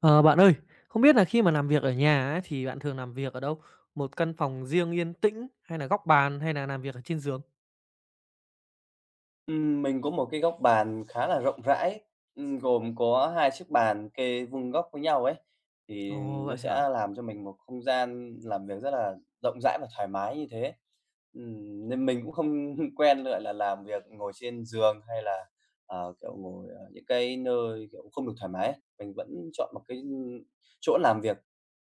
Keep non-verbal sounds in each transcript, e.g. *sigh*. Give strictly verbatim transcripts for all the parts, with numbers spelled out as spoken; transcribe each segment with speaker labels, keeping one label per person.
Speaker 1: Ờ, Bạn ơi, không biết là khi mà làm việc ở nhà ấy, thì bạn thường làm việc ở đâu? Một căn phòng riêng yên tĩnh hay là góc bàn hay là làm việc ở trên giường?
Speaker 2: Ừm, mình có một cái góc bàn khá là rộng rãi, ừm, gồm có hai chiếc bàn kê vuông góc với nhau ấy, thì
Speaker 1: Ồ,
Speaker 2: nó
Speaker 1: vậy hả?
Speaker 2: sẽ làm cho mình một không gian làm việc rất là rộng rãi và thoải mái như thế. Ừm, nên mình cũng không *laughs* quen lại là làm việc ngồi trên giường hay là, ờ, kiểu, ngồi ở những cái nơi, kiểu, không được thoải mái ấy. Mình vẫn chọn một cái chỗ làm việc,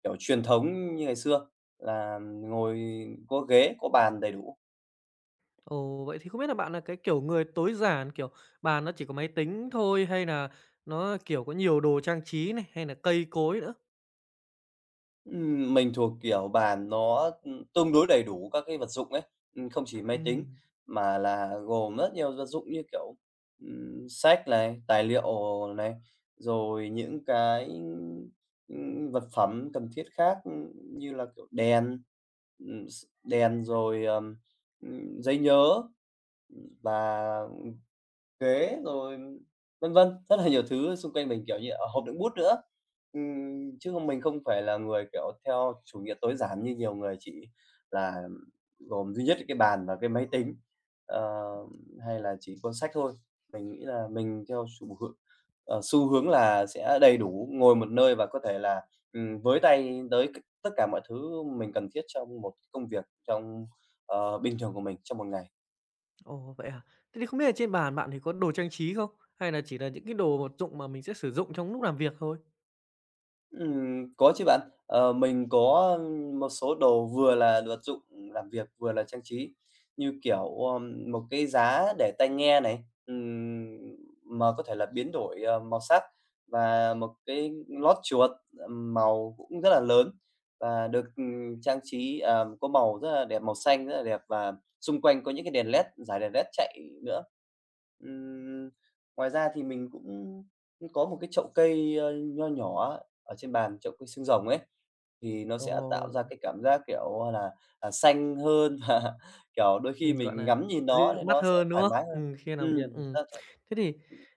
Speaker 2: kiểu, truyền thống như ngày xưa là ngồi có ghế, có bàn đầy đủ.
Speaker 1: Ồ, vậy thì không biết là bạn là cái kiểu người tối giản, kiểu bàn nó chỉ có máy tính thôi hay là nó kiểu có nhiều đồ trang trí này hay là cây cối nữa?
Speaker 2: Ừm, mình thuộc kiểu bàn nó, ừm, tương đối đầy đủ các cái vật dụng ấy, ừm, không chỉ máy tính
Speaker 1: Ừm,
Speaker 2: mà là gồm rất nhiều vật dụng như kiểu, ừm, sách này, tài liệu này, rồi những cái, ừm, vật phẩm cần thiết khác, ừm, như là, kiểu, đèn, ừm, s đèn rồi, ờm, ừm, giấy nhớ và Ghế rồi vân vân, rất là nhiều thứ xung quanh mình, kiểu như, à, hộp đựng bút nữa. Ừm, chứ không mình không phải là người, kiểu, theo chủ nghĩa tối giản như nhiều người chỉ là gồm duy nhất cái bàn và cái máy tính, ờ, hay là chỉ cuốn sách thôi. Mình nghĩ là mình theo xu hướng ờ, xu hướng là sẽ đầy đủ, ngồi một nơi và có thể là, ừm, với tay tới c tất cả mọi thứ mình cần thiết trong một công việc, trong, ờ, bình thường của mình trong một ngày.
Speaker 1: Ồ, vậy hả? Thế thì không biết là trên bàn bạn thì có đồ trang trí không? Hay là chỉ là những cái đồ vật dụng mà mình sẽ sử dụng trong lúc làm việc thôi?
Speaker 2: Ừm, có chứ bạn. Ờ, mình có một số đồ vừa là vật dụng làm việc, vừa là trang trí, như kiểu, ờm, một cái giá để tai nghe này, ừm, mà có thể là biến đổi, ờ, màu sắc và một cái lót chuột, màu cũng rất là lớn và được, ừm, trang trí, à, có màu rất là đẹp, màu xanh rất là đẹp và xung quanh có những cái đèn led, dải đèn led chạy nữa. Ừm, ngoài ra thì mình cũng có một cái chậu cây, ơ, nho nhỏ ở trên bàn chỗ cái xương rồng ấy, thì nó sẽ tạo ra
Speaker 1: Ồ.
Speaker 2: cái cảm giác, kiểu là, à, xanh hơn *laughs* và, kiểu, đôi khi
Speaker 1: Ừm, gọi
Speaker 2: mình
Speaker 1: là,
Speaker 2: ngắm nhìn nó
Speaker 1: dịu
Speaker 2: thì
Speaker 1: mắt
Speaker 2: nó sẽ
Speaker 1: hơn, đúng
Speaker 2: thoải
Speaker 1: không?
Speaker 2: mái hơn.
Speaker 1: Ừm, khi làm việc,
Speaker 2: Ừm,
Speaker 1: ừm. Thế thì,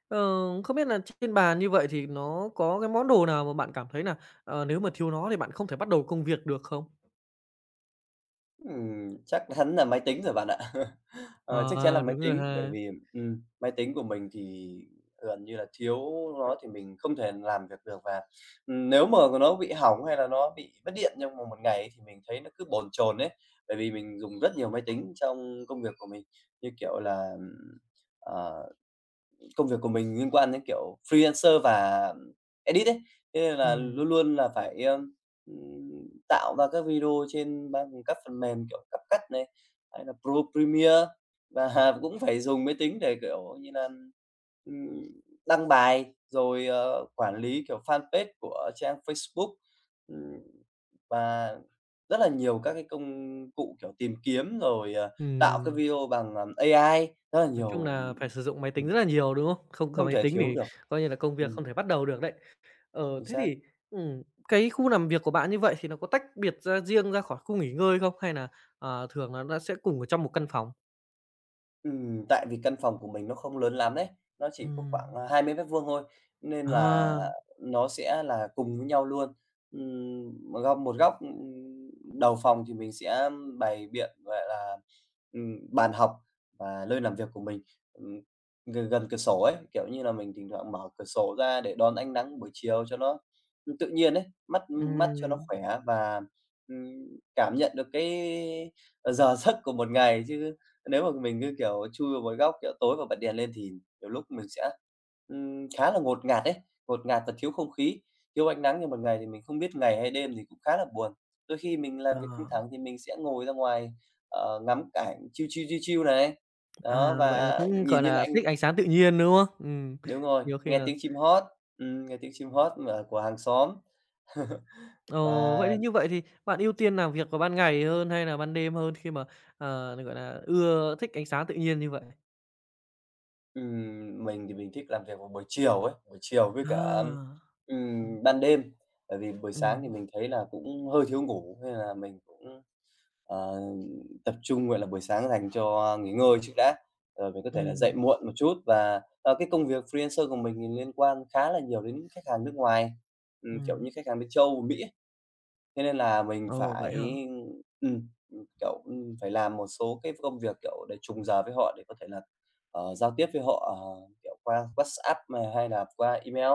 Speaker 1: ờ, không biết là trên bàn như vậy thì nó có cái món đồ nào mà bạn cảm thấy nà, ờ, nếu mà thiếu nó thì bạn không thể bắt đầu công việc được không?
Speaker 2: Ừm, chắc chắn là máy tính rồi bạn ạ. *laughs* Ờ, chắc chắn là
Speaker 1: Ờ,
Speaker 2: máy
Speaker 1: đúng rồi
Speaker 2: tính, bởi
Speaker 1: ha.
Speaker 2: vì, ừm, máy tính của mình thì gần như là thiếu nó thì mình không thể làm việc được và, ừm, nếu mà nó bị hỏng hay là nó bị mất điện trong một 1 ngày ấy, thì mình thấy nó cứ bồn chồn đấy. Bởi vì mình dùng rất nhiều máy tính trong công việc của mình, như kiểu là, ờ công việc của mình liên quan đến, kiểu, freelancer và, edit ấy, thế nên là
Speaker 1: Ừm.
Speaker 2: luôn luôn là phải, ờm, ừm, tạo ra các video trên ba các phần mềm kiểu CapCut này, hay là Pro Premiere và *laughs* cũng phải dùng máy tính để, kiểu như là, ừm, đăng bài, rồi, ờ, quản lý, kiểu, fanpage của trang Facebook, ừm, và rất là nhiều các cái công cụ, kiểu, tìm kiếm rồi, ờ, tạo cái
Speaker 1: Ừm.
Speaker 2: video bằng, ờ, a i, rất là
Speaker 1: Nói chung
Speaker 2: nhiều,
Speaker 1: nà phải sử dụng máy tính rất là nhiều, đúng không? Không có
Speaker 2: không
Speaker 1: máy
Speaker 2: thể
Speaker 1: tính
Speaker 2: thiếu
Speaker 1: thì
Speaker 2: được.
Speaker 1: coi như là công việc không
Speaker 2: Ừm,
Speaker 1: thể bắt đầu được đấy. Ờ,
Speaker 2: chính
Speaker 1: thế
Speaker 2: xác.
Speaker 1: thì, ừm, cái khu làm việc của bạn như vậy thì nó có tách biệt ra riêng ra khỏi khu nghỉ ngơi không? Hay nà, ờ, thường là nó sẽ cùng ở trong một căn phòng?
Speaker 2: Ừm, tại vì căn phòng của mình nó không lớn lắm đấy, nó chỉ có khoảng,
Speaker 1: Ừm.
Speaker 2: à, hai mươi mét vuông thôi, nên là
Speaker 1: À.
Speaker 2: nó sẽ là cùng với nhau luôn. Ừm, một góc một góc, ừm, đầu phòng thì mình sẽ bày biện, gọi là, ừm, bàn học và nơi làm việc của mình, ừm, gần gần cửa sổ ấy, kiểu như là, mình thỉnh thoảng mở cửa sổ ra để đón ánh nắng buổi chiều cho nó, tự nhiên ấy, mắt mắt cho nó
Speaker 1: Ừm.
Speaker 2: khỏe và, ừm, cảm nhận được cái, ờ, giờ giấc của một ngày chứ nếu mà mình cứ, kiểu, chui vào một góc, kiểu, tối và bật đèn lên thì nhiều lúc mình sẽ, ừm, khá là ngột ngạt đấy, ngột ngạt và thiếu không khí, thiếu ánh nắng như một ngày thì mình không biết ngày hay đêm thì cũng khá là buồn. Đôi khi mình làm việc căng
Speaker 1: Ờ.
Speaker 2: thẳng thì mình sẽ ngồi ra ngoài, ờ, ngắm cảnh chiêu chiêu chiêu chill này, đó,
Speaker 1: À, vậy là
Speaker 2: và
Speaker 1: cũng,
Speaker 2: nhìn
Speaker 1: gọi
Speaker 2: những
Speaker 1: là,
Speaker 2: ảnh
Speaker 1: thích ánh sáng tự nhiên, đúng không? Ừm,
Speaker 2: đúng rồi,
Speaker 1: nhiều khi
Speaker 2: nghe
Speaker 1: là.
Speaker 2: tiếng chim hót, ừm, nghe tiếng chim hót mà của hàng xóm. *laughs*
Speaker 1: Ồ, vậy
Speaker 2: Và
Speaker 1: thì như vậy thì bạn ưu tiên làm việc vào ban ngày hơn hay là ban đêm hơn khi mà, ờ, gọi là, ưa thích ánh sáng tự nhiên như vậy?
Speaker 2: Ừm, mình thì mình thích làm việc vào buổi chiều ấy, buổi chiều với cả,
Speaker 1: À. Ừm.
Speaker 2: ừm, ban đêm. Bởi vì buổi sáng thì
Speaker 1: Ừm.
Speaker 2: mình thấy là cũng hơi thiếu ngủ, nên là mình cũng, ờ, tập trung, gọi là, buổi sáng dành cho nghỉ ngơi trước đã, rồi mình có thể là dậy
Speaker 1: Ừm,
Speaker 2: muộn một chút. Và, ờ, cái công việc freelancer của mình thì liên quan khá là nhiều đến khách hàng nước ngoài, ừm, kiểu
Speaker 1: ừm.
Speaker 2: như, khách hàng bên châu Mỹ. Thế nên là mình
Speaker 1: Ồ, vậy hả?
Speaker 2: phải, ừm, kiểu, ừm, phải làm một số cái công việc, kiểu, để trùng giờ với họ để có thể là, ờ, giao tiếp với họ, ờ, kiểu, qua WhatsApp mà hay là qua email.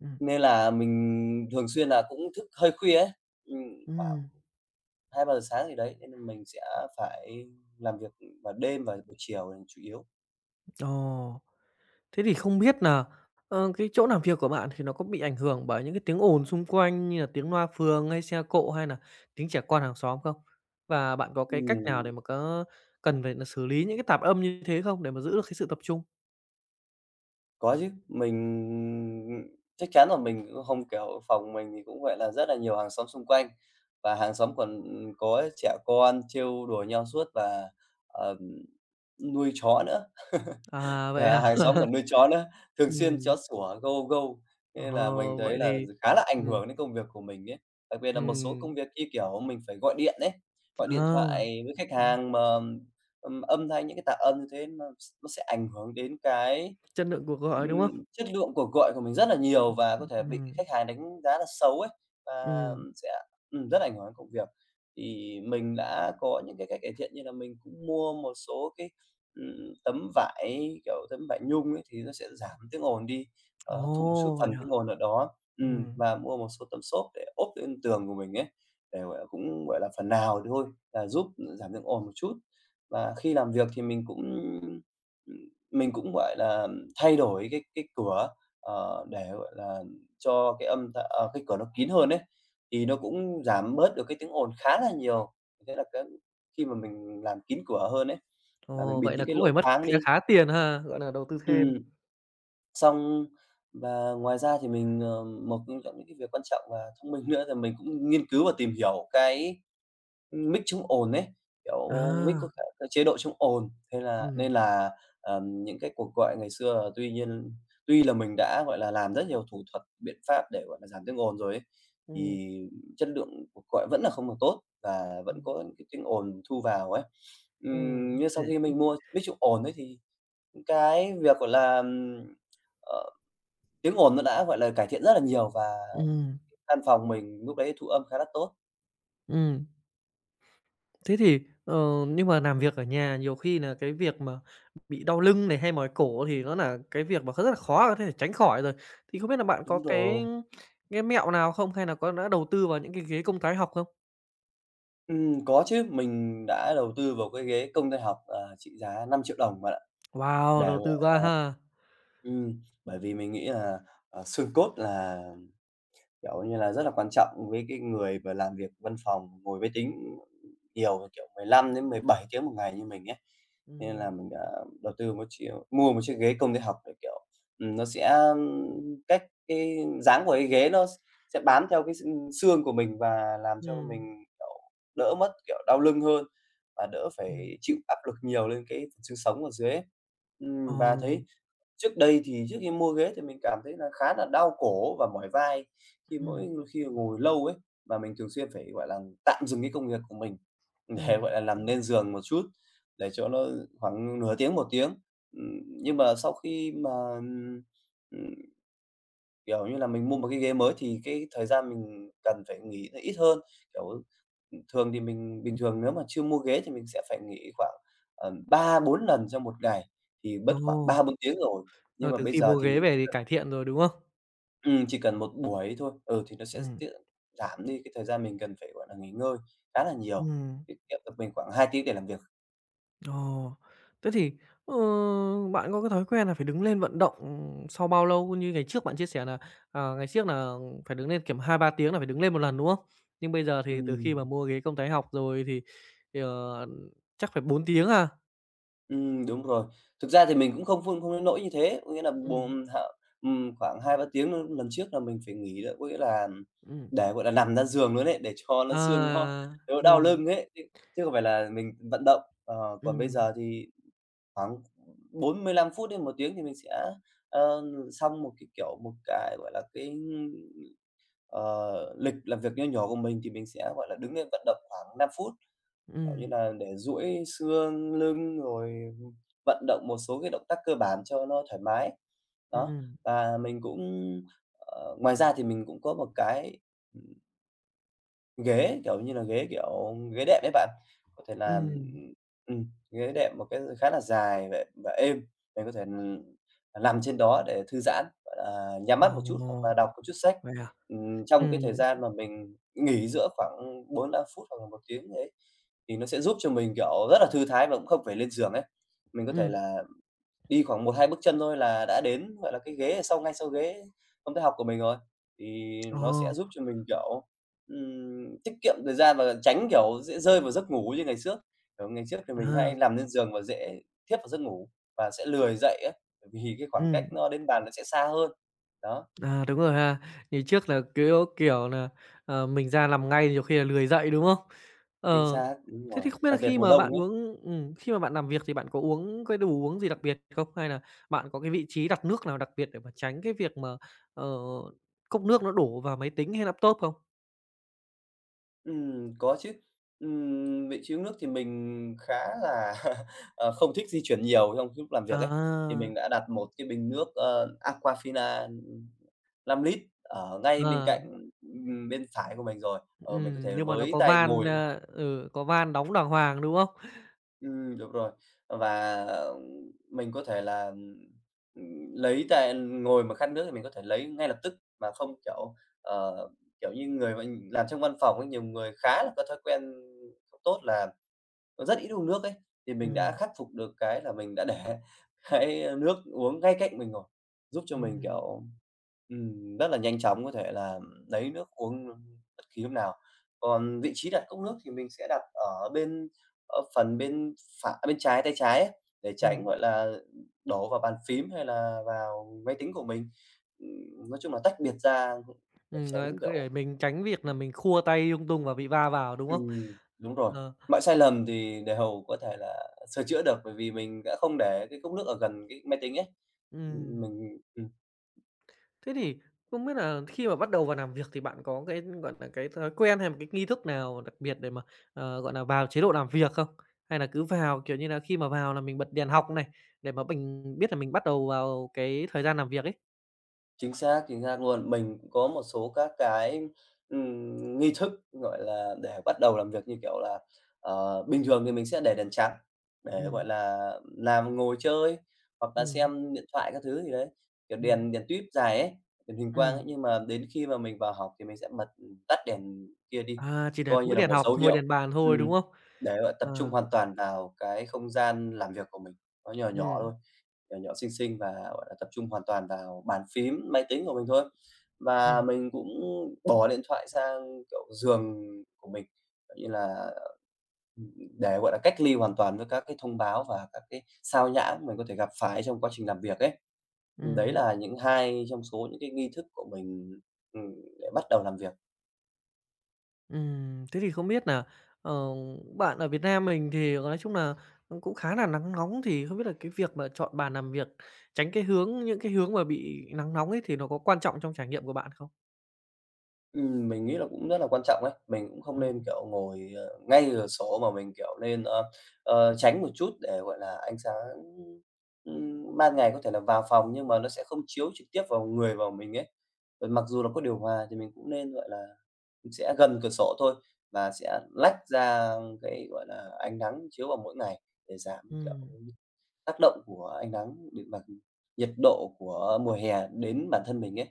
Speaker 1: Ừm.
Speaker 2: Nên là mình thường xuyên là cũng thức hơi khuya ấy, ừm, khoảng
Speaker 1: Ừm,
Speaker 2: hai ba giờ sáng gì đấy, nên là mình sẽ phải làm việc vào đêm và buổi chiều là chủ yếu.
Speaker 1: Ồ. Thế thì không biết là ờ, cái chỗ làm việc của bạn thì nó có bị ảnh hưởng bởi những cái tiếng ồn xung quanh như là tiếng loa phường hay xe cộ hay là tiếng trẻ con hàng xóm không? Và bạn có cái cách nào
Speaker 2: Ừm.
Speaker 1: để mà có cần phải nà xử lý những cái tạp âm như thế không để mà giữ được cái sự tập trung?
Speaker 2: Có chứ, mình chắc chắn là mình cũng không, kiểu, phòng mình thì cũng vậy là rất là nhiều hàng xóm xung quanh và hàng xóm còn ừ, có trẻ con trêu đùa nhau suốt và, ờm, nuôi chó nữa. *laughs*
Speaker 1: À, vậy
Speaker 2: À,
Speaker 1: à?
Speaker 2: hàng xóm còn
Speaker 1: *laughs*
Speaker 2: nuôi chó nữa, thường xuyên
Speaker 1: Ừm,
Speaker 2: chó sủa gâu gâu,
Speaker 1: ờ,
Speaker 2: thế là mình thấy
Speaker 1: Vậy
Speaker 2: là
Speaker 1: thì
Speaker 2: khá là ảnh
Speaker 1: ừm,
Speaker 2: hưởng đến công việc của mình ấy. Đặc biệt là một số công
Speaker 1: ừm,
Speaker 2: việc như, kiểu, mình phải gọi điện đấy gọi điện
Speaker 1: à,
Speaker 2: thoại với khách
Speaker 1: ừm,
Speaker 2: hàng mà, ừm, âm thanh những cái tạp âm như thế nó nó sẽ ảnh hưởng đến cái,
Speaker 1: chất lượng cuộc gọi, đúng
Speaker 2: ừm,
Speaker 1: không?
Speaker 2: chất lượng cuộc gọi của mình rất là nhiều và có thể bị
Speaker 1: Ừm,
Speaker 2: khách hàng đánh giá là xấu ấy, và
Speaker 1: ừm,
Speaker 2: sẽ ừm, rất là ảnh hưởng đến công việc. Thì mình đã có những cái cách cải thiện như là mình cũng mua một số cái ừm, tấm vải, kiểu, tấm vải nhung ấy, thì nó sẽ giảm tiếng ồn đi, và hấp thụ một chút
Speaker 1: Ồ, vậy
Speaker 2: phần tiếng
Speaker 1: hả?
Speaker 2: ồn ở đó. Ừm,
Speaker 1: Ừm,
Speaker 2: và mua một số tấm xốp để ốp lên tường của mình ấy, để, gọi là, cũng, gọi là, phần nào thì thôi là giúp giảm tiếng ồn một chút. Và khi làm việc thì mình cũng, mình cũng, gọi là, thay đổi cái cái cửa, ờ, để, gọi là, cho cái âm tạ à, cái cửa nó kín hơn đấy thì nó cũng giảm bớt được cái tiếng ồn khá là nhiều. Thế là cái khi mà mình làm kín cửa hơn ấy, là mình
Speaker 1: Ồ,
Speaker 2: bịt
Speaker 1: vậy là
Speaker 2: những cái
Speaker 1: cũng
Speaker 2: lỗ
Speaker 1: phải mất
Speaker 2: thoáng
Speaker 1: kha
Speaker 2: đi.
Speaker 1: khá tiền ha, gọi là đầu tư thêm.
Speaker 2: Ừm, xong và ngoài ra thì mình, ờ, một trong những cái việc quan trọng và thông minh nữa là mình cũng nghiên cứu và tìm hiểu cái mic chống ồn ấy, kiểu, mic
Speaker 1: À,
Speaker 2: có cả cái chế độ chống ồn. Thế là
Speaker 1: ừm.
Speaker 2: nên là, ờm, những cái cuộc gọi ngày xưa là tuy nhiên tuy là mình đã, gọi là, làm rất nhiều thủ thuật, biện pháp để, gọi là, giảm tiếng ồn rồi ấy,
Speaker 1: Ừm,
Speaker 2: thì chất lượng cuộc gọi vẫn là không được tốt và vẫn
Speaker 1: ừm,
Speaker 2: có những cái tiếng ồn thu vào ấy. Ừm,
Speaker 1: ừm,
Speaker 2: nhưng
Speaker 1: Thế
Speaker 2: sau khi mình mua mic chống ồn ấy thì cái việc, gọi là, ừm, ờ, tiếng ồn nó đã, gọi là, cải thiện rất là nhiều và
Speaker 1: ừm,
Speaker 2: căn phòng mình lúc đấy thu âm khá là tốt.
Speaker 1: ừm. Thế thì, ờ, nhưng mà làm việc ở nhà nhiều khi nà cái việc mà bị đau lưng này, hay mỏi cổ thì nó nà cái việc mà rất là khó có thể tránh khỏi rồi. Thì không biết là bạn có
Speaker 2: Đúng rồi.
Speaker 1: cái cái mẹo nào không? Hay nà có đã đầu tư vào những cái ghế công thái học không?
Speaker 2: Ừm, có chứ, mình đã đầu tư vào cái ghế công tay học, ờ, trị giá năm triệu đồng bạn ạ,
Speaker 1: Wow,
Speaker 2: để,
Speaker 1: đầu
Speaker 2: gọi
Speaker 1: tư quá ha!
Speaker 2: ừm, bởi vì mình nghĩ là, ờ, xương cốt là Kiểu như là, rất là quan trọng với cái người mà làm việc văn phòng, ngồi máy tính nhiều là, kiểu, mười lăm đến mười bảy tiếng một ngày như mình ấy. Thế nên là
Speaker 1: Ừm,
Speaker 2: mình đã đầu tư một chiếc mua một chiếc ghế công ty học để, kiểu, ừm, nó sẽ, cách cái dáng của cái ghế nó sẽ bám theo cái xương của mình và làm cho
Speaker 1: ừm,
Speaker 2: mình, kiểu, đỡ mất, kiểu, đau lưng hơn và đỡ
Speaker 1: ừm.
Speaker 2: phải chịu áp lực nhiều lên cái phần xương sống ở dưới ấy. Ừm, và
Speaker 1: Ồ,
Speaker 2: thấy Trước đây thì trước khi mua ghế thì mình cảm thấy là khá là đau cổ và mỏi vai khi mỗi
Speaker 1: ừm,
Speaker 2: khi ngồi lâu ấy, và mình thường xuyên phải, gọi là, tạm dừng cái công việc của mình *laughs* để,
Speaker 1: ừm,
Speaker 2: gọi là, nằm lên giường một chút, để cho nó khoảng nửa tiếng, một tiếng. Ừm, nhưng mà sau khi mà, ừm kiểu như là, mình mua một cái ghế mới thì cái thời gian mình cần phải nghỉ nó ít hơn, kiểu, ừ, thường thì mình bình thường nếu mà chưa mua ghế thì mình sẽ phải nghỉ khoảng, ờ, ba bốn lần trong một ngày, thì mất
Speaker 1: ồ,
Speaker 2: khoảng ba bốn tiếng rồi. Nhưng
Speaker 1: ờ,
Speaker 2: mà
Speaker 1: từ
Speaker 2: bây
Speaker 1: khi
Speaker 2: giờ
Speaker 1: mua
Speaker 2: thì
Speaker 1: ghế
Speaker 2: mình chỉ
Speaker 1: về thì
Speaker 2: cần
Speaker 1: cải thiện rồi, đúng không?
Speaker 2: ừm, chỉ cần một buổi thôi, ừ, thì nó sẽ
Speaker 1: Ừm,
Speaker 2: tiết giảm đi cái thời gian mình cần phải, gọi là, nghỉ ngơi khá là nhiều,
Speaker 1: ừm.
Speaker 2: tiết kiệm được mình khoảng hai tiếng để làm việc.
Speaker 1: Ồ, thế thì, ờ, bạn có cái thói quen là phải đứng lên vận động, sau bao lâu? Như ngày trước bạn chia sẻ là ờ, ngày trước là phải đứng lên, kiểm hai ba tiếng là phải đứng lên một lần, đúng không? Nhưng bây giờ thì từ khi
Speaker 2: Ừm.
Speaker 1: mà mua ghế công thái học rồi thì thì, ờ, chắc phải bốn tiếng à?
Speaker 2: Ừm, đúng rồi. Thực ra thì mình cũng không không không đến nỗi như thế, có nghĩa là
Speaker 1: Ừ,
Speaker 2: buồn h ừm, khoảng hai ba tiếng l lần trước là mình phải nghỉ đó, có nghĩa là
Speaker 1: ừ.
Speaker 2: để, gọi là, nằm ra giường luôn ấy, để cho nó xương nó
Speaker 1: À,
Speaker 2: nó đau
Speaker 1: ừ,
Speaker 2: lưng ấy, chứ chứ không phải là mình vận động. Ờ,
Speaker 1: ừ,
Speaker 2: Còn bây giờ thì khoảng bốn mươi lăm phút đến một tiếng thì mình sẽ, ờ, xong một cái, kiểu, một cái, gọi là, cái, ờ, lịch làm việc nho nhỏ của mình thì mình sẽ, gọi là, đứng lên vận động khoảng năm phút. Kiểu như
Speaker 1: ừ,
Speaker 2: là để duỗi xương lưng rồi vận động một số cái động tác cơ bản cho nó thoải mái. Đó,
Speaker 1: ừm,
Speaker 2: và mình cũng, ờ, ngoài ra thì mình cũng có một cái ghế, kiểu như là, ghế, kiểu, ghế đệm ấy bạn, có thể là
Speaker 1: ừm.
Speaker 2: ừm, ghế đệm một cái khá là dài và và êm, mình có thể, ừm, nằm trên đó để thư giãn, gọi là, nhắm mắt một chút hoặc
Speaker 1: Ồ,
Speaker 2: là đọc một chút sách.
Speaker 1: vậy à?
Speaker 2: Ừm,
Speaker 1: Ừ,
Speaker 2: trong cái thời gian mà mình nghỉ giữa khoảng bốn lăm phút hoặc là một tiếng ấy thì nó sẽ giúp cho mình, kiểu, rất là thư thái và cũng không phải lên giường ấy. Mình có thể
Speaker 1: ừ,
Speaker 2: là đi khoảng một hai bước chân thôi là đã đến, gọi là, cái ghế ở sau ngay sau ghế công tác học của mình rồi. Thì nó sẽ
Speaker 1: ồ,
Speaker 2: giúp cho mình, kiểu, ừm, tiết kiệm thời gian và tránh, kiểu, dễ rơi vào giấc ngủ như ngày trước. Kiểu, ngày trước thì mình
Speaker 1: à,
Speaker 2: hay nằm lên giường và dễ thiếp vào giấc ngủ và sẽ lười dậy á, bởi vì cái
Speaker 1: ừ.
Speaker 2: khoảng cách nó đến bàn nó sẽ xa hơn. Đó,
Speaker 1: À, đúng rồi ha. Ngày trước là, kiểu, kiểu là ờ, mình ra làm ngay nhiều khi là lười dậy, đúng không?
Speaker 2: chính
Speaker 1: Ờ,
Speaker 2: xác, đúng
Speaker 1: thế
Speaker 2: rồi,
Speaker 1: thì không biết là
Speaker 2: đặc biệt
Speaker 1: khi
Speaker 2: mùa
Speaker 1: mà
Speaker 2: đông
Speaker 1: bạn
Speaker 2: ấy.
Speaker 1: uống ừm, khi mà bạn làm việc thì bạn có uống cái đồ uống gì đặc biệt không? Hay là bạn có cái vị trí đặt nước nào đặc biệt để mà tránh cái việc mà, ờ, cốc nước nó đổ vào máy tính hay laptop không?
Speaker 2: Ừm, có chứ. Ừm, vị trí uống nước thì mình khá là, *laughs* ờ, không thích di chuyển nhiều trong lúc làm việc ấy, thì
Speaker 1: À,
Speaker 2: mình đã đặt một cái bình nước, ờ, Aquafina năm lít ở ngay bên
Speaker 1: ờ,
Speaker 2: cạnh, ừm, bên phải của mình rồi. Ờ, mình có
Speaker 1: ừm,
Speaker 2: thể
Speaker 1: nhưng mà nó
Speaker 2: với
Speaker 1: có
Speaker 2: tay
Speaker 1: van,
Speaker 2: ngồi
Speaker 1: a ừ, có van đóng đàng hoàng, đúng không?
Speaker 2: ừm, đúng rồi, và mình có thể là, ừm, lấy tay ngồi mà khát nước thì mình có thể lấy ngay lập tức mà không, kiểu, ờ, kiểu như, người mà làm trong văn phòng ấy, nhiều người khá là có thói quen không tốt là nó rất ít uống nước ấy, thì mình đã
Speaker 1: Ừm,
Speaker 2: khắc phục được cái là mình đã để *laughs* cái nước uống ngay cạnh mình rồi, giúp cho mình,
Speaker 1: ừm,
Speaker 2: kiểu, ừm, rất là nhanh chóng có thể là lấy nước uống bất kỳ lúc nào. Còn vị trí đặt cốc nước thì mình sẽ đặt ở bên ở phần bên phải bên trái tay trái ấy, để tránh,
Speaker 1: ừm,
Speaker 2: gọi là, đổ vào bàn phím hay là vào máy tính của mình. Ừm, nói chung là tách biệt ra để
Speaker 1: ừm, đấy,
Speaker 2: tránh,
Speaker 1: cứ
Speaker 2: kiểu,
Speaker 1: để mình tránh việc là mình khua tay lung tung và bị va vào, đúng không?
Speaker 2: ừm, đúng rồi.
Speaker 1: Ờ,
Speaker 2: Mọi sai lầm thì đều có thể là sửa chữa được, bởi vì mình đã không để cái cốc nước ở gần cái máy tính ấy. Ừm,
Speaker 1: ừm.
Speaker 2: mình ừ,
Speaker 1: Thế thì không biết là khi mà bắt đầu vào làm việc thì bạn có cái, gọi là, cái thói quen hay một cái nghi thức nào đặc biệt để mà, ờ, gọi là, vào chế độ làm việc không? Hay là cứ vào, kiểu như là, khi mà vào là mình bật đèn học này, để mà mình biết là mình bắt đầu vào cái thời gian làm việc ấy?
Speaker 2: Chính xác, chính xác luôn. Mình cũng có một số các cái, ừm, nghi thức, gọi là, để bắt đầu làm việc, như kiểu là, ờ, bình thường thì mình sẽ để đèn trắng để, gọi
Speaker 1: Ừm,
Speaker 2: là, làm ngồi chơi hoặc là
Speaker 1: ừm,
Speaker 2: xem điện thoại các thứ gì đấy, kiểu,
Speaker 1: ừm,
Speaker 2: đèn đèn tuýp dài ấy, đèn huỳnh quang ấy,
Speaker 1: ừm.
Speaker 2: nhưng mà đến khi mà mình vào học thì mình sẽ bật tắt đèn kia đi,
Speaker 1: À, chỉ để
Speaker 2: coi như
Speaker 1: mỗi
Speaker 2: là
Speaker 1: đèn
Speaker 2: một
Speaker 1: học
Speaker 2: dấu
Speaker 1: thôi,
Speaker 2: hiệu
Speaker 1: đèn bàn thôi,
Speaker 2: ừm,
Speaker 1: đúng không?
Speaker 2: để, gọi, tập trung
Speaker 1: Ờ,
Speaker 2: hoàn toàn vào cái không gian làm việc của mình, nó nhỏ nhỏ thôi
Speaker 1: ừm,
Speaker 2: nhỏ nhỏ, xinh xinh và, gọi là, tập trung hoàn toàn vào bàn phím, máy tính của mình thôi. Và
Speaker 1: ừm,
Speaker 2: mình cũng bỏ điện thoại sang, kiểu, giường của mình, kiểu như là, ừm, để, gọi là, cách ly hoàn toàn với các cái thông báo và các cái sao nhãng mình có thể gặp phải trong quá trình làm việc ấy. Đấy
Speaker 1: ừm.
Speaker 2: là những hai trong số những cái nghi thức của mình, ừm, để bắt đầu làm việc.
Speaker 1: Ừm, thế thì không biết là ờ, bạn ở Việt Nam mình thì nói chung là cũng khá là nắng nóng, thì không biết là cái việc mà chọn bàn làm việc, tránh cái hướng những cái hướng mà bị nắng nóng ấy thì nó có quan trọng trong trải nghiệm của bạn không?
Speaker 2: Ừm, mình nghĩ là cũng rất là quan trọng ấy. Mình cũng không
Speaker 1: Ừm,
Speaker 2: nên, kiểu, ngồi, ờ, ngay cửa sổ mà mình, kiểu, nên, ờ, ờ, tránh một chút để, gọi là, ánh sáng, ừm, ban ngày có thể là vào phòng nhưng mà nó sẽ không chiếu trực tiếp vào người vào mình ấy. Ờ, mặc dù là có điều hòa thì mình cũng nên, gọi là, sẽ gần cửa sổ thôi và sẽ lách ra cái, gọi là, ánh nắng chiếu vào mỗi ngày để giảm, kiểu,
Speaker 1: ừm,
Speaker 2: tác động của ánh nắng đến mặt nhiệt độ của mùa hè đến bản thân mình ấy.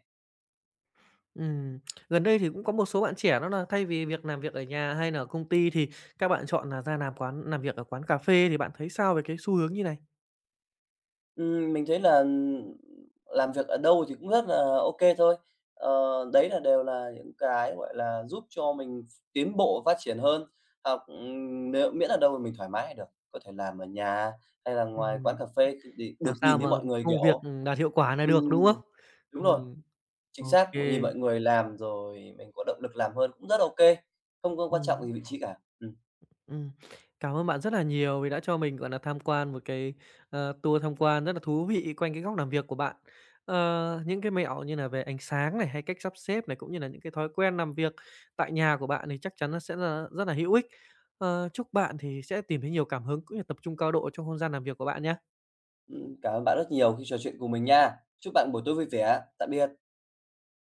Speaker 1: ừm. Gần đây thì cũng có một số bạn trẻ đó là thay vì việc làm việc ở nhà hay là ở công ty thì các bạn chọn là ra làm quán làm việc ở quán cà phê, thì bạn thấy sao về cái xu hướng như này?
Speaker 2: Ừm, mình thấy là làm việc ở đâu thì cũng rất là ok thôi. Ờ, đấy là đều là những cái, gọi là, giúp cho mình tiến bộ phát triển hơn, học, ừm, nếu miễn là đâu mà mình thoải mái là được, có thể làm ở nhà hay là ngoài quán
Speaker 1: Ừm,
Speaker 2: cà phê thì thì được
Speaker 1: làm
Speaker 2: nhìn
Speaker 1: sao
Speaker 2: thấy
Speaker 1: mà
Speaker 2: mọi người,
Speaker 1: công việc,
Speaker 2: kiểu
Speaker 1: ừm, đạt hiệu quả nà được,
Speaker 2: ừm,
Speaker 1: đúng không?
Speaker 2: đúng rồi,
Speaker 1: Ừm,
Speaker 2: chính
Speaker 1: ô,
Speaker 2: xác, nhìn mọi người làm rồi mình có động lực làm hơn cũng rất ok không có quan trọng
Speaker 1: ừm.
Speaker 2: gì vị trí cả. Ừm,
Speaker 1: Ừm, Cảm ơn bạn rất là nhiều vì đã cho mình, gọi là tham quan một cái, ờ, tour tham quan rất là thú vị quanh cái góc làm việc của bạn. Ờ, những cái mẹo như là về ánh sáng này, hay cách sắp xếp này, cũng như là những cái thói quen làm việc tại nhà của bạn thì chắc chắn nó sẽ là rất là hữu ích. Ờ, chúc bạn thì sẽ tìm thấy nhiều cảm hứng cũng như tập trung cao độ trong không gian làm việc của bạn nhé
Speaker 2: ừm, cảm ơn bạn rất nhiều khi trò chuyện cùng mình nha. Chúc bạn buổi tối vui vẻ. Tạm biệt.